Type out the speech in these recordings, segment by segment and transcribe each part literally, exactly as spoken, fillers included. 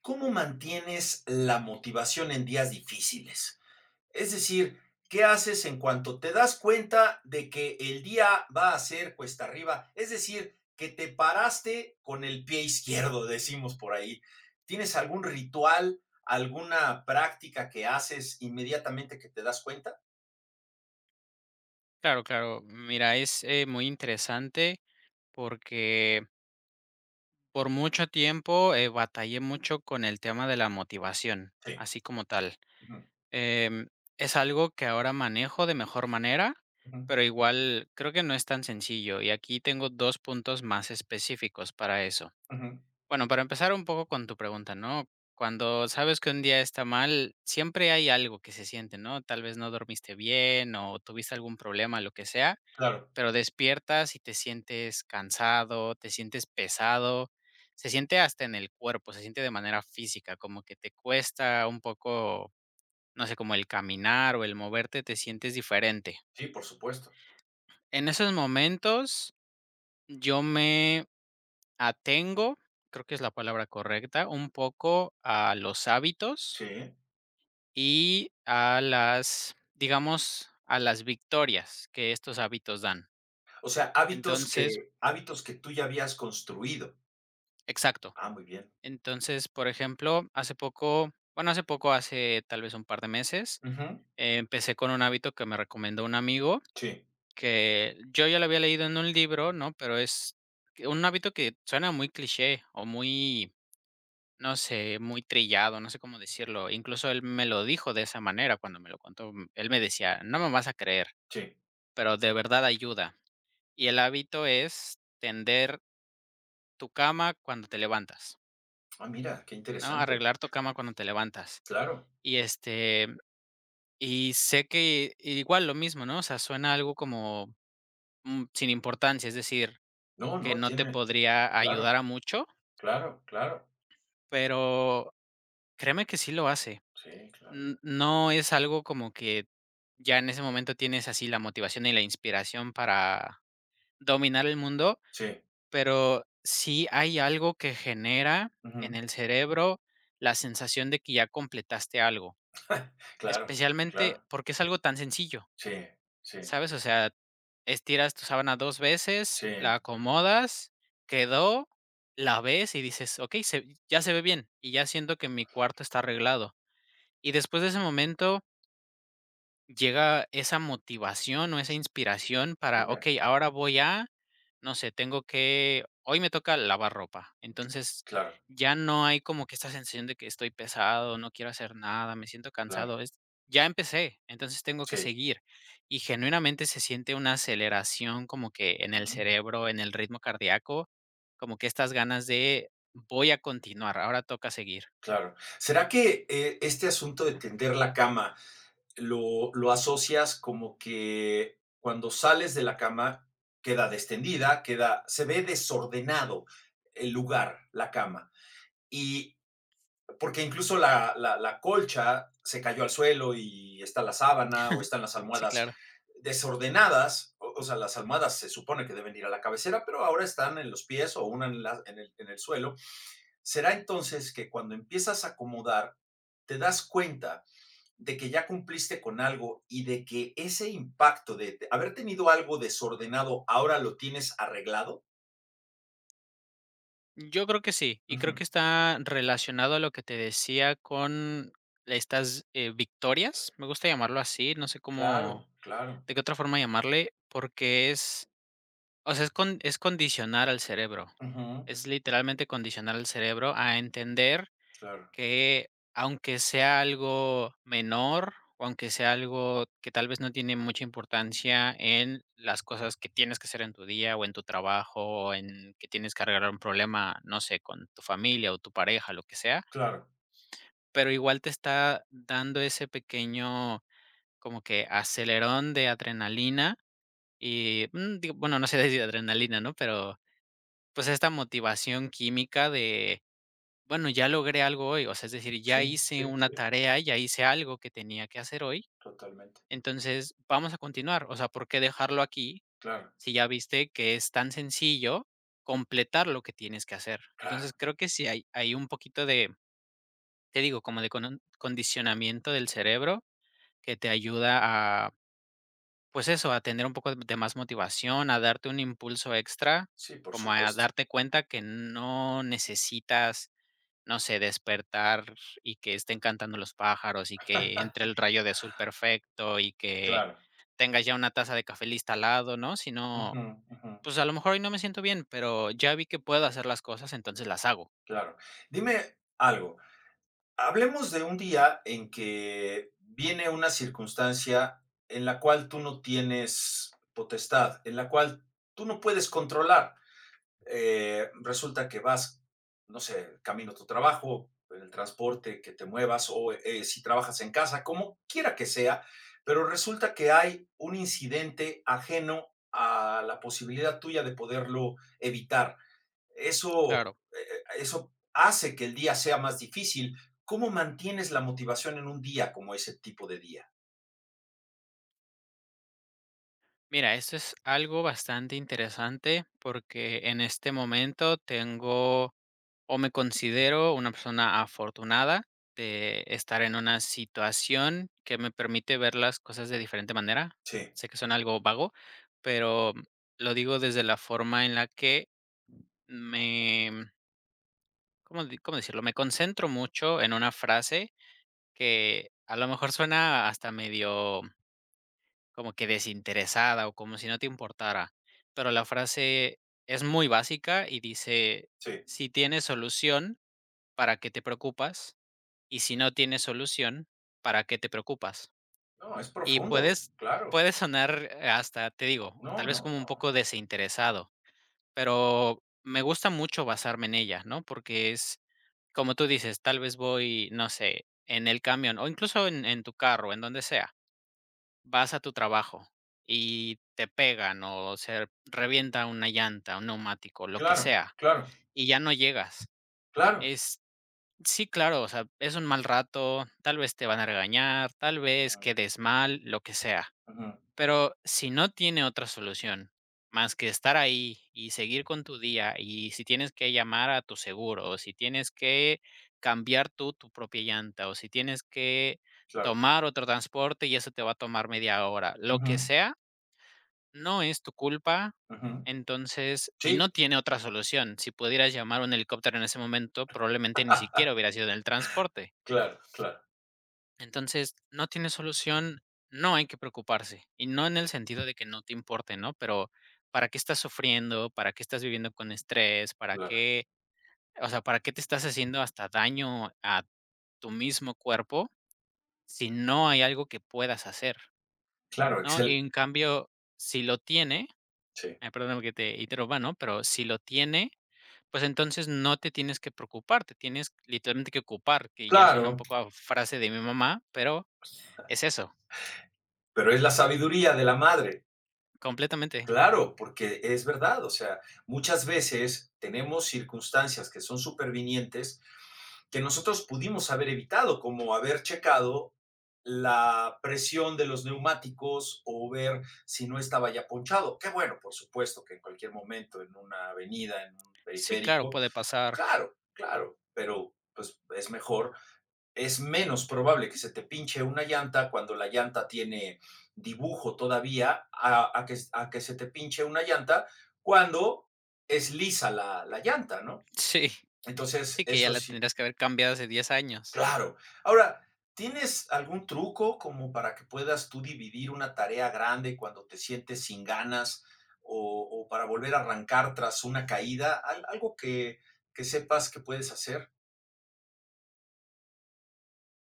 ¿Cómo mantienes la motivación en días difíciles? Es decir, ¿qué haces en cuanto te das cuenta de que el día va a ser cuesta arriba? Es decir, que te paraste con el pie izquierdo, decimos por ahí. ¿Tienes algún ritual, alguna práctica que haces inmediatamente que te das cuenta? Claro, claro. Mira, es eh, muy interesante porque por mucho tiempo eh, batallé mucho con el tema de la motivación, Sí. así como tal. Ujú, Em, es algo que ahora manejo de mejor manera, ujú, pero igual creo que no es tan sencillo. Y aquí tengo dos puntos más específicos para eso. ujú. Bueno, para empezar un poco con tu pregunta, ¿no? Cuando sabes que un día está mal, siempre hay algo que se siente, ¿no? Tal vez no dormiste bien o tuviste algún problema, lo que sea, Claro, pero despiertas y te sientes cansado, te sientes pesado, se siente hasta en el cuerpo, se siente de manera física, como que te cuesta un poco, no sé, como el caminar o el moverte, te sientes diferente. sí, por supuesto. En esos momentos yo me atengo, creo que es la palabra correcta, un poco a los hábitos Sí. y a las, digamos, a las victorias que estos hábitos dan. O sea, hábitos Entonces, que hábitos que tú ya habías construido. exacto. Ah, muy bien. Entonces, por ejemplo, hace poco, bueno, hace poco, hace tal vez un par de meses, Ujú. eh, empecé con un hábito que me recomendó un amigo, Sí. que yo ya lo había leído en un libro, ¿no? Pero es que un hábito que suena muy cliché o muy, no sé, muy trillado, no sé cómo decirlo. Incluso él me lo dijo de esa manera cuando me lo contó. m- Él me decía, no me vas a creer, Sí. pero de verdad ayuda. Y el hábito es tender tu cama cuando te levantas, Ah, mira, qué ¿no? interesante. Arreglar tu cama cuando te levantas. Claro. Y este, Y sé que igual lo mismo, ¿no? O sea, suena algo como, mm, sin importancia, es decir, No, que no, no te tiene podría claro, ayudar a mucho, claro, claro. pero créeme que sí lo hace. Sí, claro. N- No es algo como que ya en ese momento tienes así la motivación y la inspiración para dominar el mundo, Sí. pero sí hay algo que genera Ujú. en el cerebro la sensación de que ya completaste algo, Claro, especialmente claro. porque es algo tan sencillo. Sí, sí, ¿Sabes? O sea, estiras tu sábana dos veces, sí. la acomodas, quedó, la ves y dices: "Okey, se ya se ve bien", y ya siento que mi cuarto está arreglado. Y después de ese momento llega esa motivación o esa inspiración para, Mira, okey, ahora voy a, no sé, tengo que, hoy me toca lavar ropa. Entonces, claro, ya no hay como que esta sensación de que estoy pesado, no quiero hacer nada, me siento claro. cansado, es ya empecé, entonces tengo que Sí. seguir. Y genuinamente se siente una aceleración como que en el Ujú. cerebro, en el ritmo cardíaco, como que estas ganas de voy a continuar, ahora toca seguir. Claro. ¿Será que, eh, este asunto de tender la cama lo lo asocias como que cuando sales de la cama queda destendida, queda se ve desordenado el lugar, la cama? Y porque incluso la, la, la, colcha se cayó al suelo y está la sábana o están las Sí, almohadas claro. desordenadas, o, o, sea, las almohadas se supone que deben ir a la cabecera, pero ahora están en los pies o una en, la, en, el, en el suelo. ¿Será entonces que cuando empiezas a acomodar, te das cuenta de que ya cumpliste con algo y de que ese impacto de haber tenido algo desordenado ahora lo tienes arreglado? Yo creo que sí, y creo Ujú. que está relacionado a lo que te decía con estas, eh, victorias, me gusta llamarlo así, no sé cómo Claro, claro. de qué otra forma llamarle, porque es, o sea, es con es condicionar al cerebro, Ujú. es literalmente condicionar al cerebro a entender Claro, que aunque sea algo menor, o aunque sea algo que tal vez no tiene mucha importancia en las cosas que tienes que hacer en tu día, o en tu trabajo, o en que tienes que arreglar un problema, no sé, con tu familia, o tu pareja, lo que sea, claro. pero igual te está dando ese pequeño como que acelerón de adrenalina y, mm, digo, bueno, no sé si adrenalina, ¿no? Pero, pues, esta motivación química de bueno, ya logré algo hoy, o sea, es decir, Sí, ya hice sí, una sí. tarea, ya hice algo que tenía que hacer hoy, Totalmente. entonces vamos a continuar, o sea, ¿por qué dejarlo aquí Claro, si ya viste que es tan sencillo completar lo que tienes que hacer? claro. Entonces, creo que sí hay, hay un poquito de, te digo, como de cono- condicionamiento del cerebro que te ayuda a, pues eso, a tener un poco de más motivación, a darte un impulso extra, Sí, por como a supuesto. darte cuenta que no necesitas, no sé, despertar y que estén cantando los pájaros y que entre el rayo de azul perfecto y que Claro. tengas ya una taza de café lista al lado, ¿no? Si Ujú, no, ujú, pues a lo mejor hoy no me siento bien, pero ya vi que puedo hacer las cosas, entonces las hago. claro. Dime algo, hablemos de un día en que viene una circunstancia en la cual tú no tienes potestad, en la cual tú no puedes controlar. Eh, resulta que vas, no sé, camino a tu trabajo, en el transporte, que te muevas o eh, si trabajas en casa, como quiera que sea, pero resulta que hay un incidente ajeno a la posibilidad tuya de poderlo evitar. Eso, Claro. eh, eso hace que el día sea más difícil. ¿Cómo mantienes la motivación en un día como ese tipo de día? Mira, esto es algo bastante interesante porque en este momento tengo o me considero una persona afortunada de estar en una situación que me permite ver las cosas de diferente manera. Sí, Sé que suena algo vago, pero lo digo desde la forma en la que me, ¿cómo, di- cómo decirlo? Me concentro mucho en una frase que a lo mejor suena hasta medio como que desinteresada o como si no te importara. Pero la frase es muy básica y dice, sí. si tienes solución, ¿para qué te preocupas? Y si no tienes solución, ¿para qué te preocupas? No, es Y profundo, puedes, claro. puede sonar eh, hasta, te digo, No, tal no, vez como un no. poco desinteresado, pero me gusta mucho basarme en ella, ¿no? Porque es, como tú dices, tal vez voy, no sé, en el camión o incluso en, en tu carro, en donde sea. Vas a tu trabajo y te pegan o se revienta una llanta, un neumático, lo que Claro, sea, claro, y ya no llegas. claro. Es sí, claro, o sea, es un mal rato, tal vez te van a regañar, tal vez quedes mal, lo que sea. Ujú. Pero si no tiene otra solución más que estar ahí y seguir con tu día, y si tienes que llamar a tu seguro, o si tienes que cambiar tú tu propia llanta, o si tienes que Claro. tomar otro transporte y eso te va a tomar media hora, lo que Ujú, sea, no es tu culpa, ujú. entonces y Sí, no tiene otra solución. Si pudieras llamar a un helicóptero en ese momento, probablemente ni siquiera hubiera sido en el transporte. claro, claro, Entonces, no tiene solución, no hay que preocuparse. Y no en el sentido de que no te importe, ¿no? Pero, ¿para qué estás sufriendo? ¿Para qué estás viviendo con estrés? ¿Para claro. qué? O sea, ¿para qué te estás haciendo hasta daño a tu mismo cuerpo si no hay algo que puedas hacer? Claro, ¿No? Y excel en cambio, si lo tiene. sí. Eh, perdóname que te interrumpa, ¿no? Pero si lo tiene, pues entonces no te tienes que preocupar, te tienes literalmente que ocupar, que ya suena un Claro, poco a frase de mi mamá, pero es eso, pero es la sabiduría de la madre. completamente. Claro, porque es verdad, o sea, muchas veces tenemos circunstancias que son supervinientes que nosotros pudimos haber evitado, como haber checado la presión de los neumáticos o ver si no estaba ya ponchado. Qué bueno, por supuesto, que en cualquier momento en una avenida, en un Sí, claro, periférico, puede pasar. claro, claro, pero pues es mejor, es menos probable que se te pinche una llanta cuando la llanta tiene dibujo todavía a, a que, a que se te pinche una llanta cuando es lisa la, la llanta, ¿no? Sí, Entonces, sí que ya eso la sí, tendrías que haber cambiado hace diez años. claro. Ahora, ¿tienes algún truco como para que puedas tú dividir una tarea grande cuando te sientes sin ganas o, o para volver a arrancar tras una caída? Al- algo que, que sepas que puedes hacer.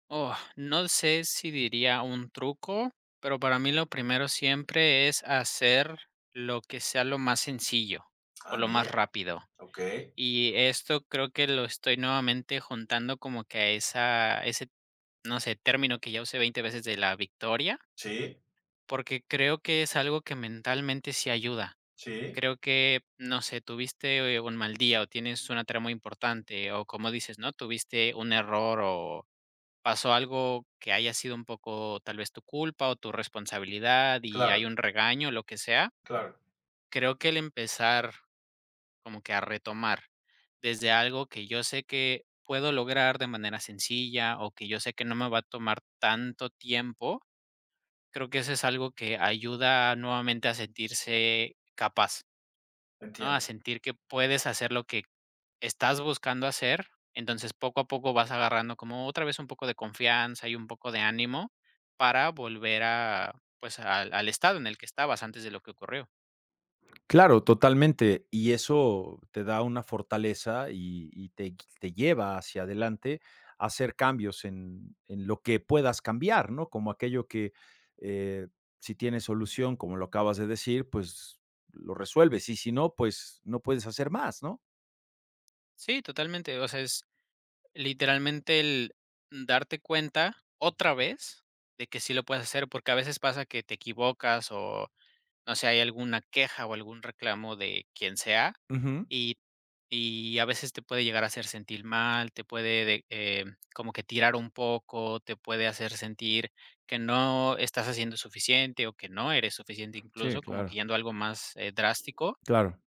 Oh, no sé si diría un truco, pero para mí lo primero siempre es hacer lo que sea lo más sencillo o Ah, lo más mira. rápido. Okey. Y esto creo que lo estoy nuevamente juntando como que a esa ese, no sé, término que ya usé veinte veces de la victoria, Sí, porque creo que es algo que mentalmente sí ayuda. sí, Creo que, no sé, tuviste, eh, un mal día o tienes una tarea muy importante o, como dices, ¿no?, tuviste un error o pasó algo que haya sido un poco, tal vez, tu culpa o tu responsabilidad y hay claro, un regaño, lo que sea. claro, Creo que el empezar como que a retomar desde algo que yo sé que puedo lograr de manera sencilla o que yo sé que no me va a tomar tanto tiempo, creo que eso es algo que ayuda nuevamente a sentirse capaz, ¿no? A entiendo. sentir que puedes hacer lo que estás buscando hacer, entonces poco a poco vas agarrando como otra vez un poco de confianza y un poco de ánimo para volver a, pues al, al estado en el que estabas antes de lo que ocurrió. Claro, totalmente. Y eso te da una fortaleza y y te gui te lleva hacia adelante a hacer cambios en en lo que puedas cambiar, ¿no? Como aquello que, eh, si tiene solución, como lo acabas de decir, pues lo resuelves, y si no, pues no puedes hacer más, ¿no? Sí, totalmente. O sea, es, literalmente el darte cuenta otra vez de que sí lo puedes hacer, porque a veces pasa que te equivocas o no sé, hay alguna queja o algún reclamo de quien sea Ujú. y, y a veces te puede llegar a hacer sentir mal, te puede de- eh, como que tirar un poco, te puede hacer sentir que no estás haciendo suficiente o que no eres suficiente Sí, incluso, como que claro, yendo a algo más eh, drástico, claro.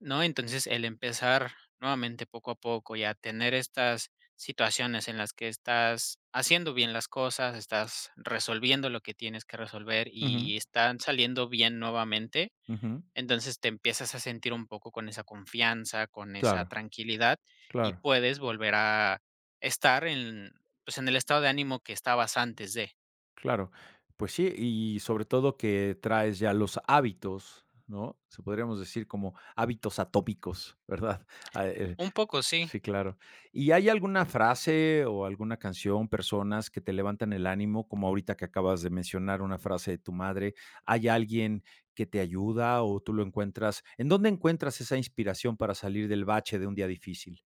¿no? Entonces, el empezar nuevamente poco a poco y a tener estas situaciones en las que estás haciendo bien las cosas, estás resolviendo lo que tienes que resolver Ujú, y están saliendo bien nuevamente, ujú, entonces te empiezas a sentir un poco con esa confianza, con esa claro, tranquilidad y claro. puedes volver a estar en, pues, en el estado de ánimo que estabas antes de. Claro, pues sí, y sobre todo que traes ya los hábitos, ¿no? Se podríamos decir como hábitos atómicos, ¿verdad? Ah, eh, Un poco, sí. sí, claro. ¿Y hay alguna frase o alguna canción, personas que te levantan el ánimo, como ahorita que acabas de mencionar una frase de tu madre? ¿Hay alguien que te ayuda o tú lo encuentras? ¿En dónde encuentras esa inspiración para salir del bache de un día difícil?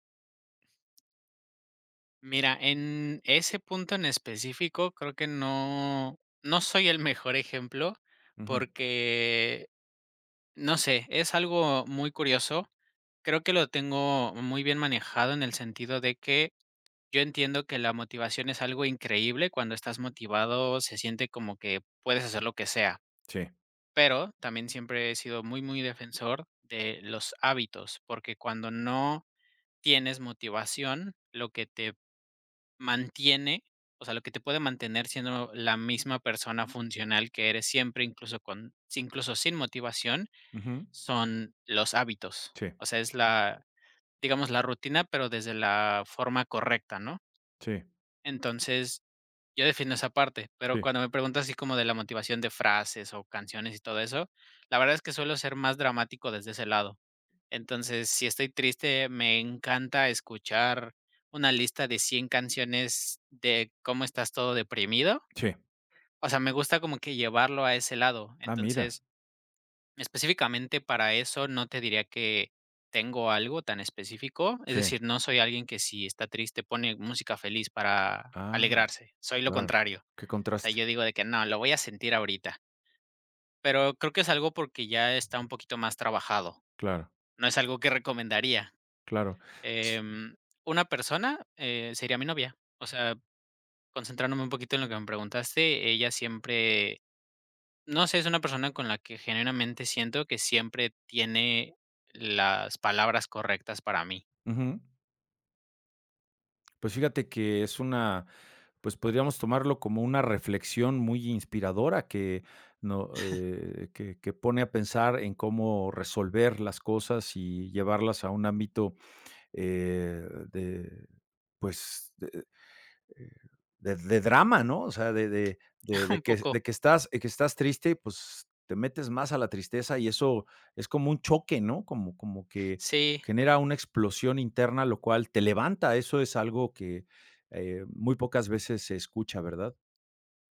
Mira, en ese punto en específico, creo que no, no soy el mejor ejemplo Ujú. porque, no sé, es algo muy curioso. Creo que lo tengo muy bien manejado en el sentido de que yo entiendo que la motivación es algo increíble. Cuando estás motivado, se siente como que puedes hacer lo que sea. Sí. Pero también siempre he sido muy, muy defensor de los hábitos, porque cuando no tienes motivación, lo que te mantiene, o sea, lo que te puede mantener siendo la misma persona funcional que eres siempre, incluso con sí, incluso sin motivación, Ujú. son los hábitos. Sí, O sea, es la, digamos, la rutina, pero desde la forma correcta, ¿no? sí, Entonces, yo defiendo esa parte, pero sí, cuando me preguntas así como de la motivación de frases o canciones y todo eso, la verdad es que suelo ser más dramático desde ese lado. Entonces, si estoy triste, me encanta escuchar una lista de cien canciones de cómo estás todo deprimido. sí. O sea, me gusta como que llevarlo a ese lado. Ah, mira. Entonces, específicamente para eso no te diría que tengo algo tan específico. Es Sí. decir, no soy alguien que si está triste pone música feliz para Ah. alegrarse. Soy lo Claro, contrario. qué O sea, contraste. yo digo de que no, lo voy a sentir ahorita. Pero creo que es algo porque ya está un poquito más trabajado. Claro, No es algo que recomendaría. claro. Em, una persona, eh, sería mi novia. O sea, concentrándome un poquito en lo que me preguntaste, ella siempre, no sé, es una persona con la que genuinamente siento que siempre tiene las palabras correctas para mí. Ujú. Pues fíjate que es una, pues podríamos tomarlo como una reflexión muy inspiradora que, no, eh, que, que pone a pensar en cómo resolver las cosas y llevarlas a un ámbito eh, de, pues, eh, de, de drama, ¿no? O sea, de, de, de, de Un que, poco, de que estás, que estás triste, pues te metes más a la tristeza y eso es como un choque, ¿no? Como, como que sí, genera una explosión interna, lo cual te levanta. Eso es algo que eh, muy pocas veces se escucha, ¿verdad?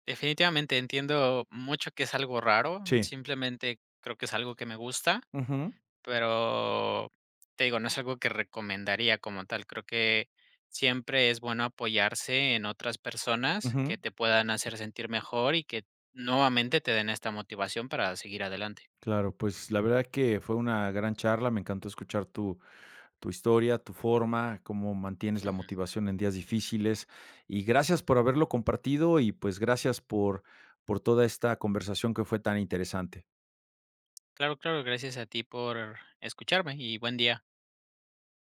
definitivamente entiendo mucho que es algo raro, Sí. simplemente creo que es algo que me gusta. Ujú, Pero, te digo, no es algo que recomendaría como tal. Creo que siempre es bueno apoyarse en otras personas ujú. que te puedan hacer sentir mejor y que nuevamente te den esta motivación para seguir adelante. Claro, pues la verdad que fue una gran charla, me encantó escuchar tu, tu historia, tu forma, cómo mantienes la Ujú. motivación en días difíciles. Y gracias por haberlo compartido y pues gracias por, por toda esta conversación que fue tan interesante. Claro, claro, gracias a ti por escucharme y buen día.